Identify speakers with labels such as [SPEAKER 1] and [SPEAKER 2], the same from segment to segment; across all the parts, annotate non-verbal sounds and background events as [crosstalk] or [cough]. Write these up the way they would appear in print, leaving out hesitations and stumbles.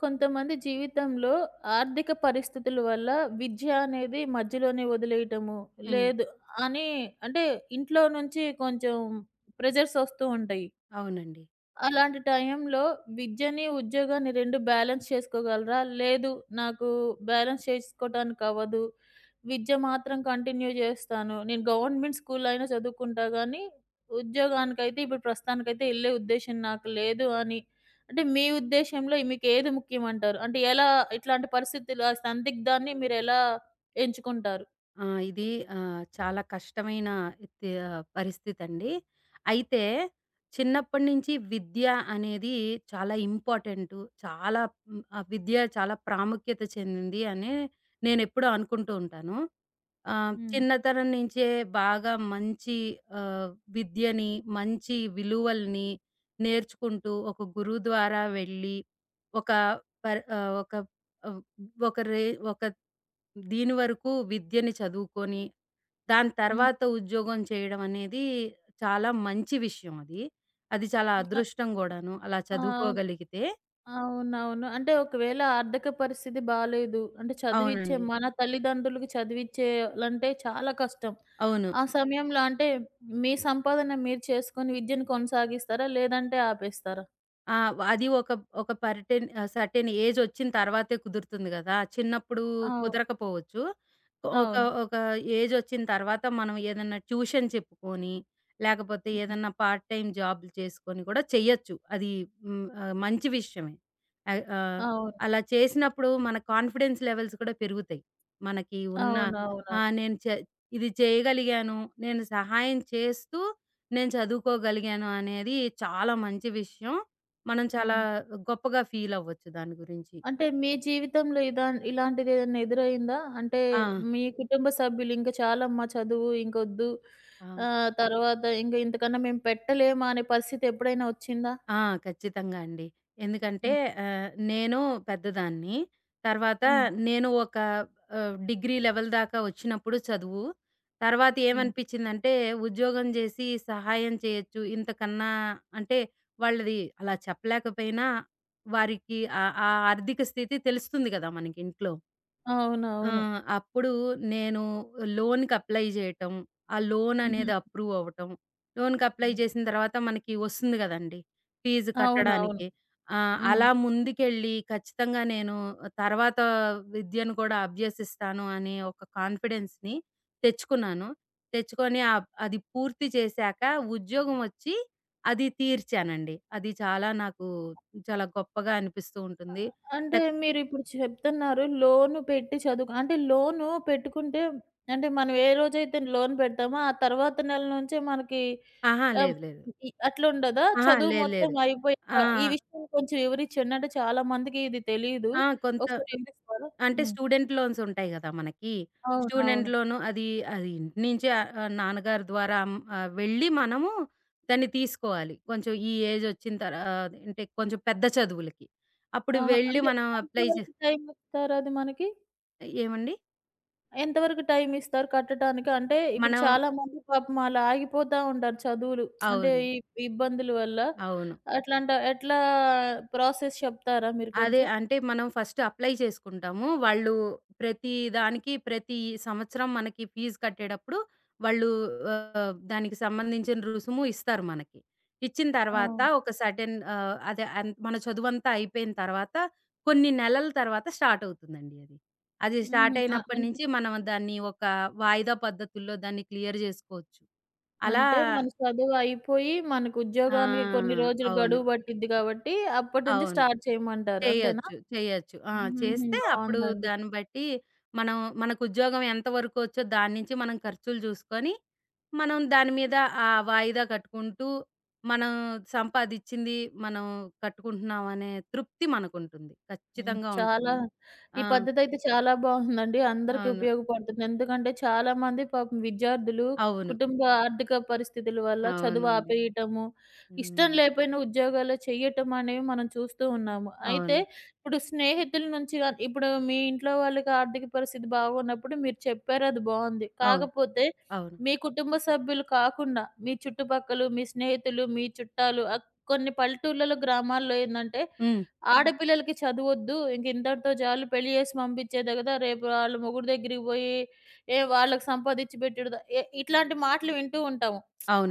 [SPEAKER 1] కొంతమంది జీవితంలో ఆర్థిక పరిస్థితుల వల్ల విద్య అనేది మధ్యలోనే వదిలేయటము,
[SPEAKER 2] హ్మ్.
[SPEAKER 1] లేదు అని అంటే ఇంట్లో నుంచి కొంచెం ప్రెషర్స్ వస్తూ ఉంటాయి.
[SPEAKER 2] అవునండి.
[SPEAKER 1] అలాంటి టైంలో విద్యని, ఉద్యోగాన్ని 2 బ్యాలెన్స్ చేసుకోగలరా? లేదు, నాకు బ్యాలెన్స్ చేసుకోటానికవ్వదు. విద్య మాత్రం కంటిన్యూ జేస్తాను. నేను గవర్నమెంట్ స్కూల్‌లో అయినా చదువుకుంటా గానీ, ఉద్యోగానికైతే ఇప్పుడు ప్రస్తుతానికైతే యెళ్ళే ఉద్దేశ్యం నాకు లేదు అని అంటే మీ ఉద్దేశ్యంలో మీకేది ముఖ్యమంటారు? అంటే ఎలా ఇట్లాంటి పరిస్థితులు, ఆ సందిగ్ధాన్ని మీరెలా ఎంచుకుంటారు?
[SPEAKER 2] ఆ! ఇది చాలా కష్టమైన పరిస్థితండి. అయితే చిన్నప్పటి నుంచి విద్య అనేది చాలా ఇంపార్టెంటు. చాలా ఆ విద్య చాలా ప్రాముఖ్యత చెందింది అని నేనెప్పుడూ అనుకుంటూ ఉంటాను.
[SPEAKER 1] హ్మ్.
[SPEAKER 2] చిన్నతనం నుంచే బాగా మంచి ఆహ్, విద్యని, మంచి విలువల్ని నేర్చుకుంటూ ఒక గురువు ద్వారా వెళ్ళి ఒక పర్ ఆహ్, ఒక ఆహ్, ఒక రే ఒక దీని వరకు విద్యని చదువుకొని, దాని
[SPEAKER 1] హ్మ్.
[SPEAKER 2] తర్వాత ఉద్యోగం చేయడం అనేది చాలా మంచి విషయం అది. అది చాలా
[SPEAKER 1] హ్మ్.
[SPEAKER 2] అదృష్టం గూడాను అలా
[SPEAKER 1] ఆ!
[SPEAKER 2] చదువుకోగలిగితే.
[SPEAKER 1] అవునవును. అంటే ఒకవేళ ఆర్థిక పరిస్థితి బాలేదు. అంటే చదివిచ్చే
[SPEAKER 2] అవునండి.
[SPEAKER 1] మన తల్లిదండ్రులకి చదివిచ్చేయాలంటే చాలా కష్టం.
[SPEAKER 2] అవును.
[SPEAKER 1] ఆ సమయంలో అంటే మీ సంపాదన మీరు చేసుకొని విద్యను కొనసాగిస్తారా? లేదంటే ఆపేస్తారా?
[SPEAKER 2] ఆ! అది ఒక ఒక పర్టెన్ ఆహ్, సర్టెన్ ఏజొచ్చిన తర్వాతే కుదురుతుంది గదా! చిన్నప్పుడు
[SPEAKER 1] అవును.
[SPEAKER 2] కుదరకపోవచ్చు. ఒక
[SPEAKER 1] అవును.
[SPEAKER 2] ఒక ఏజొచ్చిన తర్వాత మనం ఏదన్నా ట్యూషన్ చెప్పుకొని, లేకపోతే
[SPEAKER 1] హ్మ్.
[SPEAKER 2] ఏదన్నా పార్ట్ టైమ్ జాబ్‌లు చేసుకొని గూడా చెయ్యొచ్చు. అది మంచి విషయమే. ఆహ్, ఆహ్,
[SPEAKER 1] అవును.
[SPEAKER 2] అలా చేసినప్పుడు మన కాన్ఫిడెన్స్ లెవెల్స్ కూడా పెరుగుతాయి. మనకి ఉన్న
[SPEAKER 1] అవునవును.
[SPEAKER 2] ఆ! నేను చే ఇది చేయగలిగాను. నేను సహాయం చేస్తూ నేను చదువుకోగలిగాను అనేది చాలా మంచి విషయం. మనం చాలా
[SPEAKER 1] హ్మ్.
[SPEAKER 2] గొప్పగా ఫీల్ అవ్వచ్చు దాని గురించి.
[SPEAKER 1] అంటే మీ జీవితంలో ఇలాంటిదేదన్నా ఎదురైందా? అంటే
[SPEAKER 2] ఆ!
[SPEAKER 1] మీ కుటుంబ సభ్యులు ఇంక చాలమ్మా చదువు ఇంకొద్దు.
[SPEAKER 2] ఆ!
[SPEAKER 1] తర్వాత ఇంక ఇంతకన్నా మేము పెట్టలేమా అనే పరిస్థితి ఎప్పుడైనా వచ్చిందా?
[SPEAKER 2] ఆ! ఖచ్చితంగా అండి. ఎందుకంటే
[SPEAKER 1] హ్మ్.
[SPEAKER 2] నేను పెద్దదాన్ని. తర్వాత
[SPEAKER 1] హ్మ్.
[SPEAKER 2] నేను ఒక డిగ్రీ లెవెల్ దాకా వచ్చినప్పుడు చదువు. తర్వాత
[SPEAKER 1] హ్మ్.
[SPEAKER 2] ఏమనిపించిందంటే ఉద్యోగం చేసి సహాయం చేయొచ్చు. ఇంతకన్నా అంటే వాళ్ళది అలా చెప్పలేకపోయినా వారికి ఆ ఆ ఆర్థిక స్థితి తెలుస్తుంది కదా! మనకి ఇంట్లో. ఆ!
[SPEAKER 1] అవునవును.
[SPEAKER 2] అప్పుడు నేను లోన్‌కి అప్లై చేయటం, ఆ లోన్ అనేది
[SPEAKER 1] హుహు.
[SPEAKER 2] అప్రూవ్ అవ్వటం, లోన్‌కి అప్లై
[SPEAKER 1] హ్మ్.
[SPEAKER 2] చేసిన తర్వాత మనకి వస్తుంది కదండీ! ఫీజు
[SPEAKER 1] అవునవును.
[SPEAKER 2] కట్టడానికి. ఆ!
[SPEAKER 1] హ్మ్.
[SPEAKER 2] అలా ముందుకెళ్ళి ఖచ్చితంగా నేను తర్వాత విద్యను కూడా అభ్యసిస్తాను అనే ఒక కాన్ఫిడెన్స్‌ని తెచ్చుకున్నాను. తెచ్చుకొని అది పూర్తి చేశాక ఉద్యోగం వచ్చి అది తీర్చానండి. అది చాలా నాకు చాలా గొప్పగా అనిపిస్తూ ఉంటుంది.
[SPEAKER 1] అంటే
[SPEAKER 2] టక్
[SPEAKER 1] మీరిప్పుడు చెప్తున్నారు లోన్ పెట్టి చదువుకు అంటే లోన్ పెట్టుకుంటే అంటే మనం ఏ రోజైతే లోన్ పెడతామో ఆ తర్వాత నెల నుంచే మనకి
[SPEAKER 2] అహా!
[SPEAKER 1] ఆహ్,
[SPEAKER 2] లేదు లేదు.
[SPEAKER 1] అట్లుండదా?
[SPEAKER 2] అహా!
[SPEAKER 1] చదువు
[SPEAKER 2] లేదు.
[SPEAKER 1] మొత్తం
[SPEAKER 2] లేదు. ఆ!
[SPEAKER 1] అయిపోయాక ఈ విషయం కొంచెం వివరిచ్చండి. అంటే చాలా మందికి ఇది తెలీదు.
[SPEAKER 2] ఆ! కొంత
[SPEAKER 1] ఒకసారి వివరిస్తారా?
[SPEAKER 2] అంటే
[SPEAKER 1] హ్మ్.
[SPEAKER 2] స్టూడెంట్ లోన్స్ ఉంటాయి గదా! మనకి. స్టూడెంట్
[SPEAKER 1] అవునవును.
[SPEAKER 2] లోను అది, అది ఇంటి నుంచి నాన్నగారి ద్వారా వెళ్ళి మనము దాన్ని తీసుకోవాలి. కొంచెం ఈ ఏజ్ వచ్చిన అంటే కొంచెం పెద్ద చదువులకి. అప్పుడు
[SPEAKER 1] ఆహా!
[SPEAKER 2] వెళ్ళి
[SPEAKER 1] అంటే
[SPEAKER 2] మనం
[SPEAKER 1] ఎంత
[SPEAKER 2] అప్లై చే
[SPEAKER 1] వరకు టైమిస్తారు అది మనకి?
[SPEAKER 2] ఏమండి?
[SPEAKER 1] ఎంతవరకు టైం ఇస్తారు కట్టటానికి? అంటే ఇప్పుడు
[SPEAKER 2] మనం
[SPEAKER 1] చాలామంది పాపం అలా ఆగిపోతా ఉంటారు చదువులు. అంటే
[SPEAKER 2] అవును.
[SPEAKER 1] ఈ ఈ ఇబ్బందుల వల్ల.
[SPEAKER 2] అవును.
[SPEAKER 1] అట్లాంట ఎట్లా ప్రాసెస్ చెప్తారా మీరు
[SPEAKER 2] అదే.
[SPEAKER 1] కొంచెం?
[SPEAKER 2] అంటే మనం ఫస్ట్ అప్లై చేసుకుంటాము. వాళ్ళు ప్రతి దానికి ప్రతి సంవత్సరం మనకి ఫీజు కట్టేటప్పుడు వాళ్ళు దానికి సంబంధించిన రుసుము ఇస్తారు మనకి. ఇచ్చిన తర్వాత
[SPEAKER 1] ఆ!
[SPEAKER 2] ఒక సర్టెన్ ఆహ్, అదే అన్ మన చదువంతా అయిపోయిన తర్వాత కొన్ని నెలల తర్వాత స్టార్ట్ అవుతుందండి అది. అది స్టార్ట్
[SPEAKER 1] హుహు.
[SPEAKER 2] అయినప్పటి
[SPEAKER 1] అంటే
[SPEAKER 2] నుంచి మనం దాన్ని ఒక వాయిదా పద్ధతుల్లో దాన్ని క్లియర్ జేసుకోవచ్చు. అలా
[SPEAKER 1] అంటే మన చదువు అయిపోయి మనకు
[SPEAKER 2] ఆ!
[SPEAKER 1] ఉద్యోగానికి కొన్ని రోజులు
[SPEAKER 2] అవును.
[SPEAKER 1] గడువు పట్టిద్ది కాబట్టి అప్పటి నుంచి
[SPEAKER 2] అవును.
[SPEAKER 1] స్టార్ట్ చేయమంటారు. అంతేనా?
[SPEAKER 2] చేయొచ్చు. చేయొచ్చు. ఆ!
[SPEAKER 1] హుహు.
[SPEAKER 2] చేస్తే అప్పుడు
[SPEAKER 1] బావుందండి.
[SPEAKER 2] దాన్ని బట్టి మనం మనకు ఉద్యోగం ఎంత వరకు వచ్చో దాని నుంచి మనం ఖర్చులు చూసుకొని, మనం దాని మీద ఆ వాయిదా కట్టుకుంటూ, మనం సంపాదిచ్చింది మనం కట్టుకుంటున్నాం అనే తృప్తి మనకుంటుంది.
[SPEAKER 1] హ్మ్.
[SPEAKER 2] ఖచ్చితంగా
[SPEAKER 1] చాలా
[SPEAKER 2] ఉంటుంది.
[SPEAKER 1] ఈ
[SPEAKER 2] ఆ!
[SPEAKER 1] పద్ధతయితే చాలా బావుందండి. అందరికీ
[SPEAKER 2] అవును.
[SPEAKER 1] ఉపయోగపడుతుంది. ఎందుకంటే చాలామంది పాపం విద్యార్థులు
[SPEAKER 2] అవును.
[SPEAKER 1] కుటుంబ ఆర్థిక పరిస్థితుల వల్ల చదువు
[SPEAKER 2] అవునండి.
[SPEAKER 1] ఆపేయటము,
[SPEAKER 2] హ్మ్.
[SPEAKER 1] ఇష్టం లేపోయిన ఉద్యోగాలు చెయ్యటం అనేవి మనం చూస్తూ ఉన్నాము. అయితే
[SPEAKER 2] అవును.
[SPEAKER 1] ఇప్పుడు స్నేహితుల నుంచి గాని ఇప్పుడు మీ ఇంట్లో వాళ్ళకి ఆర్థిక పరిస్థితి బాగోన్నప్పుడు మీరు చెప్పారు అది బావుంది.
[SPEAKER 2] అవును.
[SPEAKER 1] కాకపోతే
[SPEAKER 2] అవును.
[SPEAKER 1] మీ కుటుంబ సభ్యులు కాకుండా మీ చుట్టుపక్కల, మీ స్నేహితులు, మీ చుట్టాలు, కొన్ని పల్లెటూర్లలో, గ్రామాల్లో ఏందంటే
[SPEAKER 2] హ్మ్.
[SPEAKER 1] హ్మ్. ఆడపిల్లలకి చదువొద్దు. ఇంక ఇంతటితో చాలు పెళ్లి చేసి పంపించేదే కదా! రేపు ఆళ్ళ మొగుడు దగ్గరికి పోయి ఏ వాళ్ళకి సంపాదిచ్చి పెట్టుడుదా ఇట్లాంటి మాటలు వింటూ ఉంటాము.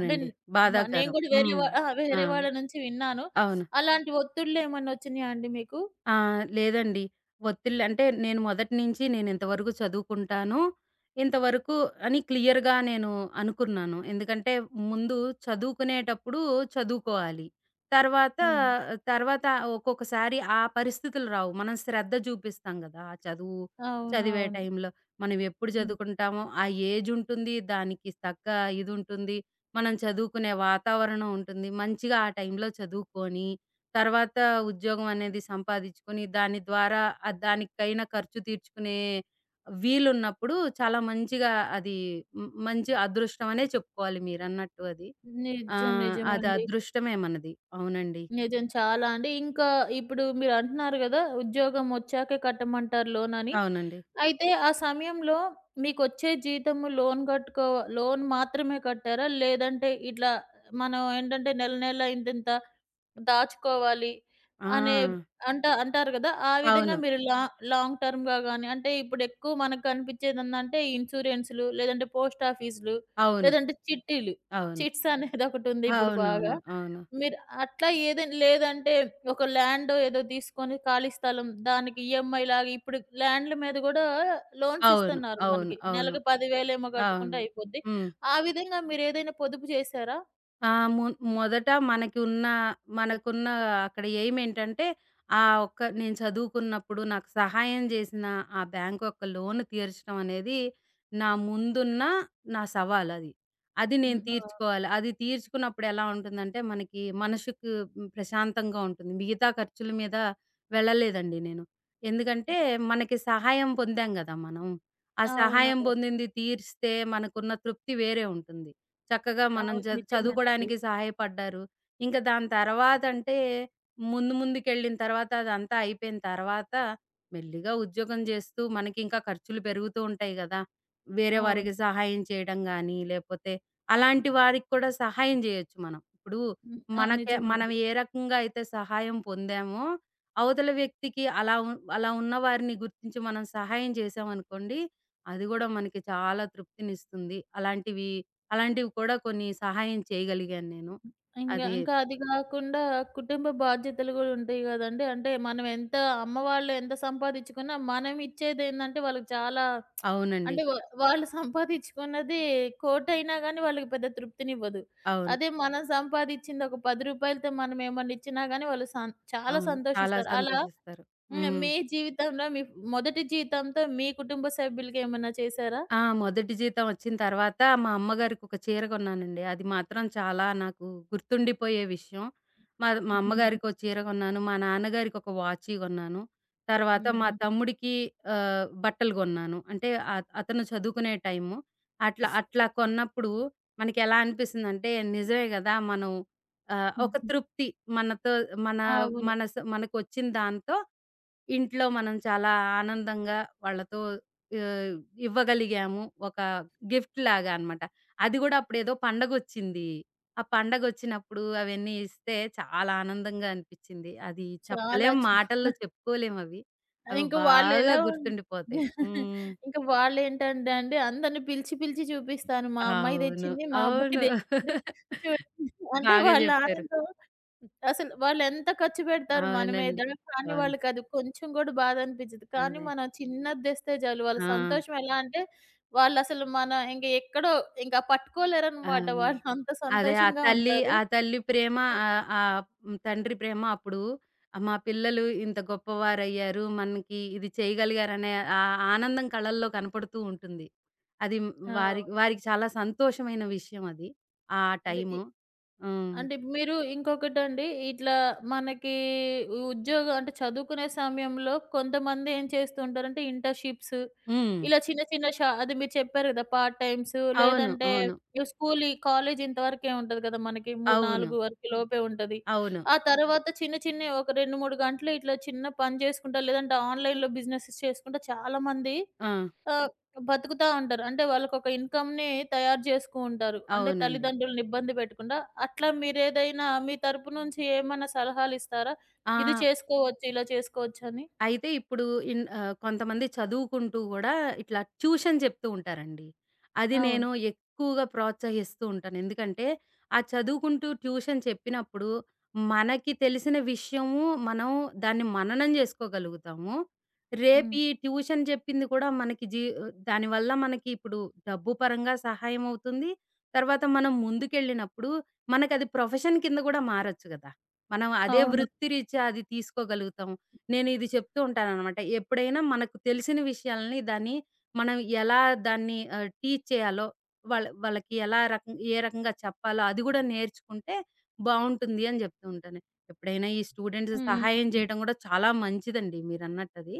[SPEAKER 1] అంటే నేను
[SPEAKER 2] బాధాకరం.
[SPEAKER 1] కూడా వేరే
[SPEAKER 2] హ్మ్.
[SPEAKER 1] వా అహా!
[SPEAKER 2] ఆ!
[SPEAKER 1] వేరే వాళ్ళ నుంచి విన్నాను.
[SPEAKER 2] అవును.
[SPEAKER 1] అలాంటి ఒత్తిళ్ళేమన్నొచ్చినియా అండి మీకు?
[SPEAKER 2] ఆ! లేదండి. ఒత్తిళ్ళు అంటే నేను మొదటి నుంచి నేనింతవరకు చదువుకుంటాను. ఇంతవరకు అని క్లియర్‌గా నేను అనుకున్నాను. ఎందుకంటే ముందు చదువుకునేటప్పుడు చదువుకోవాలి. తర్వాత,
[SPEAKER 1] హ్మ్.
[SPEAKER 2] తర్వాత, ఒక్కొక్కసారి ఆ పరిస్థితులు రావు. మనం శ్రద్ధ చూపిస్తాం గదా! ఆ చదువు చదివే
[SPEAKER 1] అవునవును.
[SPEAKER 2] టైంలో. మనం ఎప్పుడు
[SPEAKER 1] హ్మ్.
[SPEAKER 2] చదువుకుంటామో ఆ ఏజ్ ఉంటుంది. దానికి తగ్గ ఇదుంటుంది. మనం చదువుకునే వాతావరణం ఉంటుంది. మంచిగా ఆ టైంలో చదువుకొని తర్వాత ఉద్యోగం అనేది సంపాదించుకొని, దాని ద్వారా దానికైన ఖర్చు తీర్చుకునే వీలున్నప్పుడు చాలా మంచిగా అది మంచి అదృష్టం అనే చెప్పుకోవాలి మీరన్నట్టు అది. ఆ!
[SPEAKER 1] నిజం. నిజమండి.
[SPEAKER 2] అది అదృష్టమే మనది. అవునండి.
[SPEAKER 1] నిజం. చాలా అండి. ఇంకా ఇప్పుడు మీరంటున్నారు గదా! ఉద్యోగం ఒచ్చాకే కట్టమంటారు లోనని.
[SPEAKER 2] అవునండి.
[SPEAKER 1] అయితే ఆ సమయంలో మీకొచ్చే జీతము లోన్ మాత్రమే కట్టారా? లేదంటే ఇట్లా మనం ఏంటంటే నెల నెల ఇంతింత దాచుకోవాలి
[SPEAKER 2] ఆ!
[SPEAKER 1] అనే అంటారు గదా! ఆ విధంగా
[SPEAKER 2] అవును.
[SPEAKER 1] మీరు లాంగ్ టర్మ్‌గా గాని అంటే ఇప్పుడెక్కువ మనకు కనిపించేదేందంటే ఇన్స్యూరెన్స్‌లు, లేదంటే పోస్ట్ ఆఫీస్‌లు,
[SPEAKER 2] అవును.
[SPEAKER 1] లేదంటే చిట్టీలు.
[SPEAKER 2] అవును.
[SPEAKER 1] చిట్స్ అనేదొకటుంది ఇప్పుడు బాగా.
[SPEAKER 2] అవునవును. అవును.
[SPEAKER 1] మీరు అట్లా ఏదైనా లేదంటే ఒక ల్యాండో ఏదో తీసుకొని ఖాళీ స్థలం దానికి ఈఎంఐలాగా ఇప్పుడు ల్యాండ్‌ల మీద గూడా లోన్స్
[SPEAKER 2] అవును.
[SPEAKER 1] ఇస్తున్నారు
[SPEAKER 2] అవును.
[SPEAKER 1] మనకి.
[SPEAKER 2] అవును. అవును.
[SPEAKER 1] నెలకు 10,000 ఏమో
[SPEAKER 2] అవును.
[SPEAKER 1] కట్టుకుంటే అయిపోద్ది.
[SPEAKER 2] హ్మ్.
[SPEAKER 1] ఆ విధంగా మీరేదైనా పొదుపు చేశారా?
[SPEAKER 2] ఆ! మొ మొదట మనకి ఉన్న మనకున్న అక్కడ ఎయిమ్ ఏంటంటే, ఆ ఒక్క నేను చదువుకున్నప్పుడు నాకు సహాయం జేసిన ఆ బ్యాంక్ యొక్క లోన్ తీర్చడం అనేది నా ముందున్న నా సవాలది. అది అది నేను
[SPEAKER 1] హ్మ్. ఆ!
[SPEAKER 2] తీర్చుకోవాలి. అది తీర్చుకున్నప్పుడు ఎలా ఉంటుందంటే, మనకి మనసుకు ప్రశాంతంగా ఉంటుంది. మిగతా ఖర్చుల మీద వెళ్ళలేదండి నేను. ఎందుకంటే,
[SPEAKER 1] హ్మ్.
[SPEAKER 2] మనకి సహాయం పొందాం గదా మనం. ఆ సహాయం
[SPEAKER 1] అవునవును.
[SPEAKER 2] పొందింది తీరిస్తే మనకున్న తృప్తి వేరే ఉంటుంది. చక్కగా మనం
[SPEAKER 1] అవును. నిజమేనండి.
[SPEAKER 2] చదువుకోడానికి సహాయపడ్డారు. ఇంకా దాని తర్వాతంటే, ముందు ముందుకెళ్ళిన తర్వాత అదంతా అయిపోయిన తర్వాత, మెల్లిగా ఉద్యోగం జేస్తూ మనకింకా ఖర్చులు పెరుగుతూ ఉంటాయి గదా! వేరే
[SPEAKER 1] అవును.
[SPEAKER 2] వారికి సహాయం చేయడం గానీ, లేపోతే అలాంటి వారికి కూడా సహాయం జేయొచ్చు మనం. ఇప్పుడు
[SPEAKER 1] హ్మ్. ఆ!
[SPEAKER 2] మనకే
[SPEAKER 1] నిజమే.
[SPEAKER 2] మనం ఏ రకంగా అయితే సహాయం పొందామో, అవతల వ్యక్తికి అలా ఉన్న వారిని గుర్తించి మనం సహాయం చేశామనుకోండి, అది గూడా మనకి చాలా తృప్తినిస్తుంది. అలాంటివి అలాంటివి కూడా కొన్ని సహాయం చేయగలిగాను నేను. అది
[SPEAKER 1] ఇంకా అది గాకుండా కుటుంబ బాధ్యతలు గూడా ఉంటాయి గదండీ! అంటే మనం ఎంత అమ్మ వాళ్ళు ఎంత సంపాదించుకున్నా మనం ఇచ్చేదేందంటే వాళ్ళకి చాలా
[SPEAKER 2] అవునండి.
[SPEAKER 1] అంటే వాళ్ళు సంపాదించుకున్నది కోటైనా గానీ వాళ్ళకి పెద్ద తృప్తినివ్వదు.
[SPEAKER 2] అవును.
[SPEAKER 1] అదే మనం సంపాదిచ్చింది ఒక రూ. 10తో మనం ఏమన్నా ఇచ్చినా గానీ వాళ్ళు చాలా
[SPEAKER 2] అవును. చాలా
[SPEAKER 1] సంతోషిస్తారు. అలా
[SPEAKER 2] సంతోషిస్తారు.
[SPEAKER 1] హ్మ్.
[SPEAKER 2] హ్మ్.
[SPEAKER 1] మీ జీవితంలో మీ మొదటి జీతంతో మీ కుటుంబ సభ్యులకేమన్నా చేశారా?
[SPEAKER 2] ఆ! మొదటి జీతం వచ్చిన తర్వాత మా అమ్మగారికి ఒక చీర కొన్నానండి. అది మాత్రం చాలా నాకు గుర్తుండిపోయే విషయం. మా మా
[SPEAKER 1] [laughs] హ్మ్.
[SPEAKER 2] అమ్మగారికో చీర కొన్నాను. మా నాన్నగారికి ఒక వాచీ కొన్నాను. తర్వాత మా
[SPEAKER 1] హ్మ్.
[SPEAKER 2] తమ్ముడికి బట్టలు కొన్నాను. అంటే అతను చదువుకునే టైము.
[SPEAKER 1] హ్మ్.
[SPEAKER 2] అట్లా అట్లా
[SPEAKER 1] [laughs]
[SPEAKER 2] కొన్నప్పుడు మనకెలా అనిపిస్తుందంటే నిజమే గదా! మనం ఒక తృప్తి మనతో మన
[SPEAKER 1] అవును.
[SPEAKER 2] మన స మనకొచ్చిన దాంతో ఇంట్లో మనం చాలా ఆనందంగా వాళ్ళతో ఆహ్, ఇవ్వగలిగాము. ఒక గిఫ్ట్ లాగా అన్నమాట. అది గూడా అప్పుడేదో పండగొచ్చింది. ఆ పండగొచ్చినప్పుడు అవన్నీ ఇస్తే చాలా ఆనందంగా అనిపిచ్చింది. అది
[SPEAKER 1] చాలా
[SPEAKER 2] చెప్పలేం
[SPEAKER 1] చ
[SPEAKER 2] మాటల్లో చెప్పుకోలేమవి. అవి అవి
[SPEAKER 1] ఇంక
[SPEAKER 2] బాగా
[SPEAKER 1] వాళ్ళెలా ఉన్
[SPEAKER 2] గుర్తుండిపోతాయి. హ్మ్.
[SPEAKER 1] ఇంక వాళ్ళేంటంటే అండి అందరిని పిలిచి, పిలిచి చూపిస్తాను. మా అమ్మాయి
[SPEAKER 2] అవును.
[SPEAKER 1] తెచ్చింది, మా
[SPEAKER 2] అవును.
[SPEAKER 1] అబ్బాయి తెచ్చాడు
[SPEAKER 2] [laughs]
[SPEAKER 1] చూడండి. అంటే
[SPEAKER 2] బాగా
[SPEAKER 1] వాళ్ళ
[SPEAKER 2] జెప్పారు.
[SPEAKER 1] ఆనందం అసలు వాళ్ళెంత ఖర్చు పెడతారు మన మీద.
[SPEAKER 2] అవునండి.
[SPEAKER 1] కానీ
[SPEAKER 2] అవును.
[SPEAKER 1] వాళ్ళకది కొంచెం గూడా బాధ అనిపించదు. కానీ
[SPEAKER 2] అదే.
[SPEAKER 1] మనం చిన్నది తెస్తే చాలు వాళ్ళ
[SPEAKER 2] ఆ!
[SPEAKER 1] సంతోషం ఎలా అంటే వాళ్ళసలు మన ఇంక ఎక్కడో ఇంకా పట్టుకోలేరనమాట.
[SPEAKER 2] అవును.
[SPEAKER 1] వాళ్ళు అంత
[SPEAKER 2] అదే ఆ
[SPEAKER 1] సంతోషంగా
[SPEAKER 2] తల్లి
[SPEAKER 1] ఉంటారు.
[SPEAKER 2] ఆ తల్లి ప్రేమ,
[SPEAKER 1] హ్మ్.
[SPEAKER 2] ఆహ్, ఆహ్, హ్మ్, తండ్రి ప్రేమ అప్పుడు, మా పిల్లలు ఇంత గొప్పవారయ్యారు. మనకి ఇది చేయగలిగారనే ఆ ఆనందం కళ్ళల్లో కనపడుతూ ఉంటుంది. అది వారి
[SPEAKER 1] అవును.
[SPEAKER 2] వారికి చాలా సంతోషమైన విషయం అది. ఆ
[SPEAKER 1] అంటే ఈ
[SPEAKER 2] టైము. హ్మ్.
[SPEAKER 1] అంటే మీరు ఇంకొకటండి ఇట్లా మనకి ఉద్యోగం అంటే చదువుకునే సమయంలో కొంతమంది ఏం చేస్తూ ఉంటారంటే ఇంటర్న్‌షిప్స్
[SPEAKER 2] హ్మ్.
[SPEAKER 1] ఇలా చిన్న చిన్న అది మీరు చెప్పారు కదా! పార్ట్ టైమ్స్
[SPEAKER 2] అవును.
[SPEAKER 1] లేదంటే
[SPEAKER 2] అవును.
[SPEAKER 1] స్కూల్, కాలేజ్ ఇంతవరకే ఉంటది కదా! మనకి 3,
[SPEAKER 2] అవును.
[SPEAKER 1] 4 వరకు లోపే ఉంటది.
[SPEAKER 2] అవును.
[SPEAKER 1] ఆ తర్వాత చిన్న చిన్నయి ఒక 2, 3 గంటలు ఇట్లా చిన్న పని చేసుకుంటా లేదంటే ఆన్‌లైన్‌లో బిజినెసెస్ చేసుకుంటా చాలామంది
[SPEAKER 2] ఆ!
[SPEAKER 1] ఆహ్, బతుకుతా ఉంటారు. అంటే వాళ్ళకొక ఇన్‌కమ్‌ని తయారు జేసుకు ఉంటారు. అంటే
[SPEAKER 2] అవునండి.
[SPEAKER 1] తల్లిదండ్రులని ఇబ్బంది పెట్టకుండా. అట్లా మీరేదైనా మీ తరపు నుంచి ఏమన్నా సలహాలిస్తారా?
[SPEAKER 2] ఆ!
[SPEAKER 1] ఇది చేసుకోవచ్చు, ఇలా చేసుకోవచ్చని?
[SPEAKER 2] అయితే ఇప్పుడు కొంతమంది చదువుకుంటూ గూడా ఇట్లా ట్యూషన్ చెప్తూ ఉంటారండి. అది
[SPEAKER 1] అవును.
[SPEAKER 2] నేను ఎక్కువగా ప్రోత్సహిస్తూ ఉంటాను. ఎందుకంటే, ఆ చదువుకుంటూ ట్యూషన్ చెప్పినప్పుడు మనకి తెలిసిన విషయము మనం దాన్ని మననం జేసుకోగలుగుతాము. రేపు
[SPEAKER 1] హ్మ్.
[SPEAKER 2] ఈ ట్యూషన్ చెప్పింది కూడా మనకి దానివల్ల మనకి ఇప్పుడు డబ్బు పరంగా సహాయం అవుతుంది. తర్వాత మనం ముందుకెళ్ళినప్పుడు మనకది ప్రొఫెషన్ కింద గూడా మారొచ్చు గదా! మనం అదే
[SPEAKER 1] అవును.
[SPEAKER 2] వృత్తిరీత్యా అది తీసుకోగలుగుతాం. నేను ఇది చెప్తూ ఉంటాననమాట. ఎప్పుడైనా మనకు తెలిసిన విషయాల్ని దాన్ని మనం ఎలా దాన్ని టీచ్ చేయాలో, వాళ్ళకి ఎలా రకం ఏ రకంగా చెప్పాలో అది గూడా నేర్చుకుంటే బావుంటుంది అని జెప్తూ ఉంటాను. ఎప్పుడైనా ఈ స్టూడెంట్స్
[SPEAKER 1] హ్మ్. హ్మ్.
[SPEAKER 2] సహాయం
[SPEAKER 1] హ్మ్.
[SPEAKER 2] చేయడం గూడా చాలా మంచిదండి మీరన్నట్టది.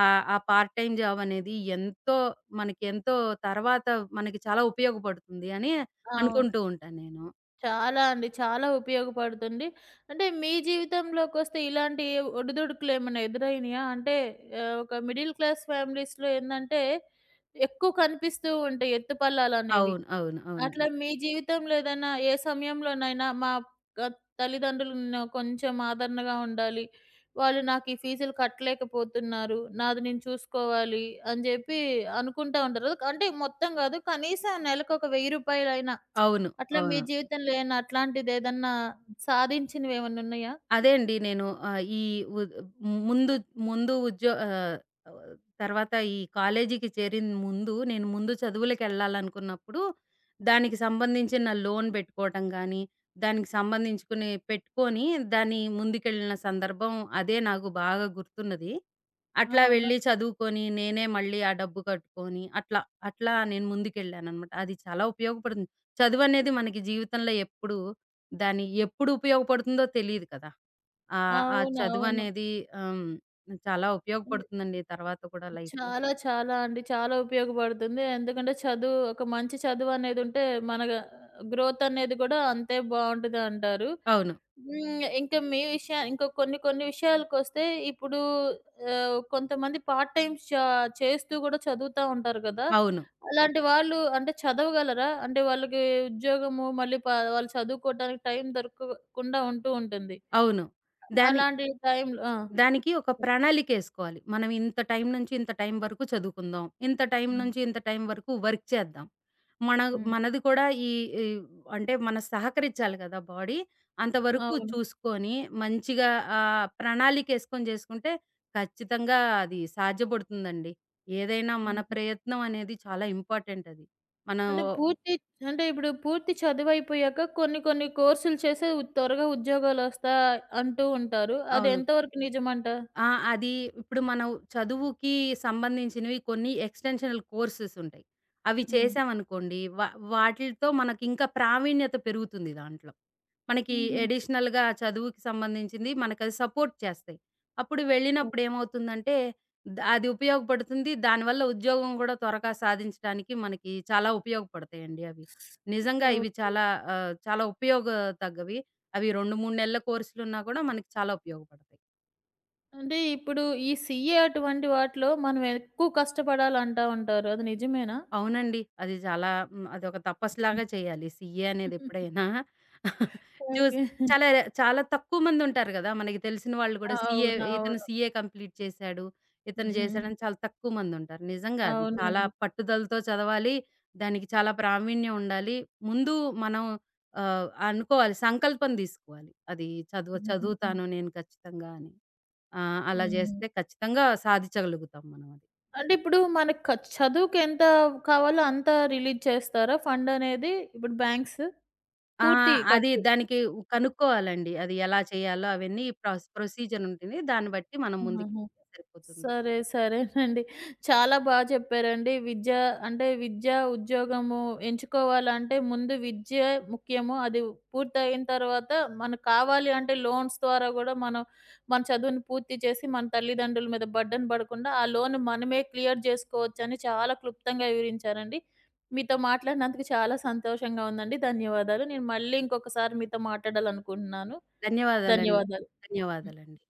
[SPEAKER 2] ఆహ్, ఆ ఆ పార్ట్ టైమ్ జాబ్ అనేది ఎంతో మనకెంతో తర్వాత మనకి చాలా ఉపయోగపడుతుంది అని
[SPEAKER 1] అవును.
[SPEAKER 2] అనుకుంటూ ఉంటాను నేను.
[SPEAKER 1] చాలా అండి. చాలా ఉపయోగపడుతుంది. అంటే మీ జీవితంలోకొస్తే ఇలాంటి ఒడిదుడుకులేమన్నా ఎదురైనయా? అంటే ఒక మిడిల్ క్లాస్ ఫ్యామిలీస్‌లో ఏందంటే ఎక్కువ కనిపిస్తూ ఉంటాయి ఎత్తుపల్లాలనేవి.
[SPEAKER 2] అవును. అవును. అవును.
[SPEAKER 1] అట్లా మీ జీవితంలో ఏదైనా ఏ సమయంలోనైనా గ తల్లిదండ్రులు కొంచెం ఆదరణగా ఉండాలి. వాళ్ళు నాకు ఈ ఫీజులు కట్టలేకపోతున్నారు. నాది నేను చూసుకోవాలి అని జెప్పి అనుకుంటా ఉంటారు. అంటే మొత్తం గాదు కనీసం నెలకొక రూ. 1000 రూపాయలైనా
[SPEAKER 2] అవును.
[SPEAKER 1] అట్లా మీ
[SPEAKER 2] అవును.
[SPEAKER 1] జీవితంలో ఏమన్నా అట్లాంటిదేదన్నా సాధించినవేమన్నున్నాయా?
[SPEAKER 2] అదే అండి. నేను ఈ ఉద్ ముందు ముందు ఉద్యో ఆహ్, తర్వాత ఈ కాలేజీకి చేరిన ముందు నేను ముందు చదువులకెళ్ళాలనుకున్నప్పుడు, దానికి సంబంధించిన లోన్ పెట్టుకోవటం గానీ, దానికి సంబంధించుకుని పెట్టుకొని దాన్ని ముందుకెళ్ళిన సందర్భం అదే నాకు బాగా గుర్తున్నది. అట్లా
[SPEAKER 1] అవునా?
[SPEAKER 2] వెళ్ళి చదువుకొని, నేనే మళ్ళీ ఆ డబ్బు కట్టుకొని అట్లా, అట్లా నేను ముందుకెళ్ళాననమాట. అది చాలా ఉపయోగపడుతుంది. చదువనేది మనకి జీవితంలో ఎప్పుడు దాని ఎప్పుడు ఉపయోగపడుతుందో తెలీదు కదా! ఆ
[SPEAKER 1] అవునవును.
[SPEAKER 2] చదువనేది చాలా ఉపయోగపడుతుందండి తర్వాత కూడా లైఫ్‌లో.
[SPEAKER 1] చాలా, చాలా అండి. చాలా ఉపయోగపడుతుంది. ఎందుకంటే చదువు ఒక మంచి చదువనేదుంటే మన గ్రోతనేది గూడా అంతే బావుంటదంటారు.
[SPEAKER 2] అవును.
[SPEAKER 1] హ్మ్. ఇంకా మీ విషయా ఇంకా కొన్ని కొన్ని విషయాలకొస్తే ఇప్పుడు కొంతమంది పార్ట్ టైమ్స్ జా చేస్తూ గూడా చదువుతా ఉంటారు కదా!
[SPEAKER 2] అవును.
[SPEAKER 1] అలాంటి వాళ్ళు అంటే చదవగలరా? అంటే వాళ్ళకి ఉద్యోగము మళ్ళీ ప వాళ్ళు చదువుకోవడానికి టైం దొరకకుండా ఉంటూ ఉంటుంది.
[SPEAKER 2] అవును. దాని
[SPEAKER 1] అలాంటి టైంలో ఆ!
[SPEAKER 2] దానికి ఒక ప్రణాళికేసుకోవాలి. మనం ఇంత టైం నుంచి ఇంత టైం వరకు చదువుకుందాం. ఇంత టైం
[SPEAKER 1] హ్మ్.
[SPEAKER 2] నుంచి ఇంత టైం వరకు వర్క్ చేద్దాం. మన
[SPEAKER 1] హ్మ్.
[SPEAKER 2] మనది కూడా ఈ ఈ అంటే మనం సహకరించాలి కదా బాడీ. అంతవరకు
[SPEAKER 1] అవును.
[SPEAKER 2] చూసుకొని మంచిగా ప్రణాళికేసుకొని చేసుకుంటే ఖచ్చితంగా అది సాధ్యపడుతుందండి. ఏదైనా మన
[SPEAKER 1] హ్మ్.
[SPEAKER 2] ప్రయత్నం అనేది చాలా ఇంపార్టెంట్ అది. మనం
[SPEAKER 1] అంటే పూర్తి అంటే ఇప్పుడు పూర్తి చదువయిపోయాక కొన్ని కొన్ని కోర్సులు చేసి త్వరగా ఉద్యోగాలొస్తా అంటూ ఉంటారు. అది
[SPEAKER 2] అవును.
[SPEAKER 1] ఎంతవరకు నిజమంట?
[SPEAKER 2] ఆ! అది ఇప్పుడు మనం చదువుకి సంబంధించినవి కొన్ని ఎక్స్‌టెన్షనల్ కోర్సెస్ ఉంటాయి. అవి
[SPEAKER 1] హ్మ్.
[SPEAKER 2] చేశామనుకోండి వాటిలతో మనకింకా ప్రావీణ్యత పెరుగుతుంది దాంట్లో. మనకి
[SPEAKER 1] హుహు.
[SPEAKER 2] అడిషనల్‌గా చదువుకి సంబంధించింది మనకది సపోర్ట్ చేస్తాయి. అప్పుడు వెళ్ళినప్పుడు ఏమవుతుందంటే అది ఉపయోగపడుతుంది. దానివల్ల ఉద్యోగం కూడా త్వరగా సాధించడానికి మనకి చాలా ఉపయోగపడతాయండి అవి. నిజంగా ఇవి
[SPEAKER 1] ఓకే.
[SPEAKER 2] చాలా చాలా తగ్గవి. అవి 2, 3 నెలల కోర్సులున్నా కూడా మనకి చాలా ఉపయోగపడతాయి.
[SPEAKER 1] అంటే ఇప్పుడు ఈ సీఏ అటువంటి వాటిలో మనం ఎక్కువ కష్టపడాలంటా ఉంటారు. అది నిజమేనా?
[SPEAKER 2] అవునండి. అది చాలా హ్మ్. అదొక తపస్సులాగా చేయాలి. సీఏ అనేదెప్పుడైనా చూస్
[SPEAKER 1] ఓకే.
[SPEAKER 2] చాలా చాలా తక్కువ మందుంటారు గదా! మనకి తెలిసిన వాళ్ళు గూడా సీఏ ఇతను
[SPEAKER 1] అవునవును.
[SPEAKER 2] సీఏ కంప్లీట్ చేశాడు. ఇతను
[SPEAKER 1] హ్మ్.
[SPEAKER 2] చేశాడని చాలా తక్కువ మందుంటారు. నిజంగా అది చాలా
[SPEAKER 1] అవునండి.
[SPEAKER 2] పట్టుదలతో చదవాలి. దానికి చాలా ప్రావీణ్యం ఉండాలి. ముందు మనం అనుకోవాలి. సంకల్పం దీసుకోవాలి. అది చదువు
[SPEAKER 1] హుహుహు.
[SPEAKER 2] చదువుతాను నేను ఖచ్చితంగా అని. ఆ! అలా
[SPEAKER 1] హ్మ్.
[SPEAKER 2] జేస్తే ఖచ్చితంగా సాధించగలుగుతాం మనం అది.
[SPEAKER 1] అంటే ఇప్పుడు మనకు చదువుకెంత కావాలో అంత రిలీజ్ చేస్తారా ఫండనేది? ఇప్పుడు బ్యాంక్స్?
[SPEAKER 2] ఆ!
[SPEAKER 1] పూర్తి
[SPEAKER 2] అది
[SPEAKER 1] ఖర్చు.
[SPEAKER 2] దానికి కనుక్కోవాలండి. అది ఎలా చేయాలో అవన్నీ ప్రొసీజర్ ఉంటుంది. దాన్ని బట్టి మనం
[SPEAKER 1] హుహుహు.
[SPEAKER 2] ముందుకెళ్తే సరిపోతుంది.
[SPEAKER 1] సరే. సరేనండి. చాలా బా చెప్పారండి. విద్య, ఉద్యోగము ఎంచుకోవాలంటే ముందు విద్య ముఖ్యము. అది పూర్తయిన తర్వాత మనకు కావాలి అంటే లోన్స్ ద్వారా గూడా మనం మన చదువుని పూర్తి చేసి మన తల్లిదండ్రుల మీద బర్డెన్ పడకుండా ఆ లోన్ మనమే క్లియర్ జేసుకోవచ్చని చాలా క్లుప్తంగా వివరించారండి. మీతో మాట్లాడినందుకు చాలా సంతోషంగా ఉందండి. ధన్యవాదాలు. నేను మళ్ళీ ఇంకొకసారి మీతో మాట్లాడాలనుకుంటున్నాను.
[SPEAKER 2] ధన్యవాదాలండి.
[SPEAKER 1] ధన్యవాదాలు. హ్మ్.
[SPEAKER 2] ధన్యవాదాలండి.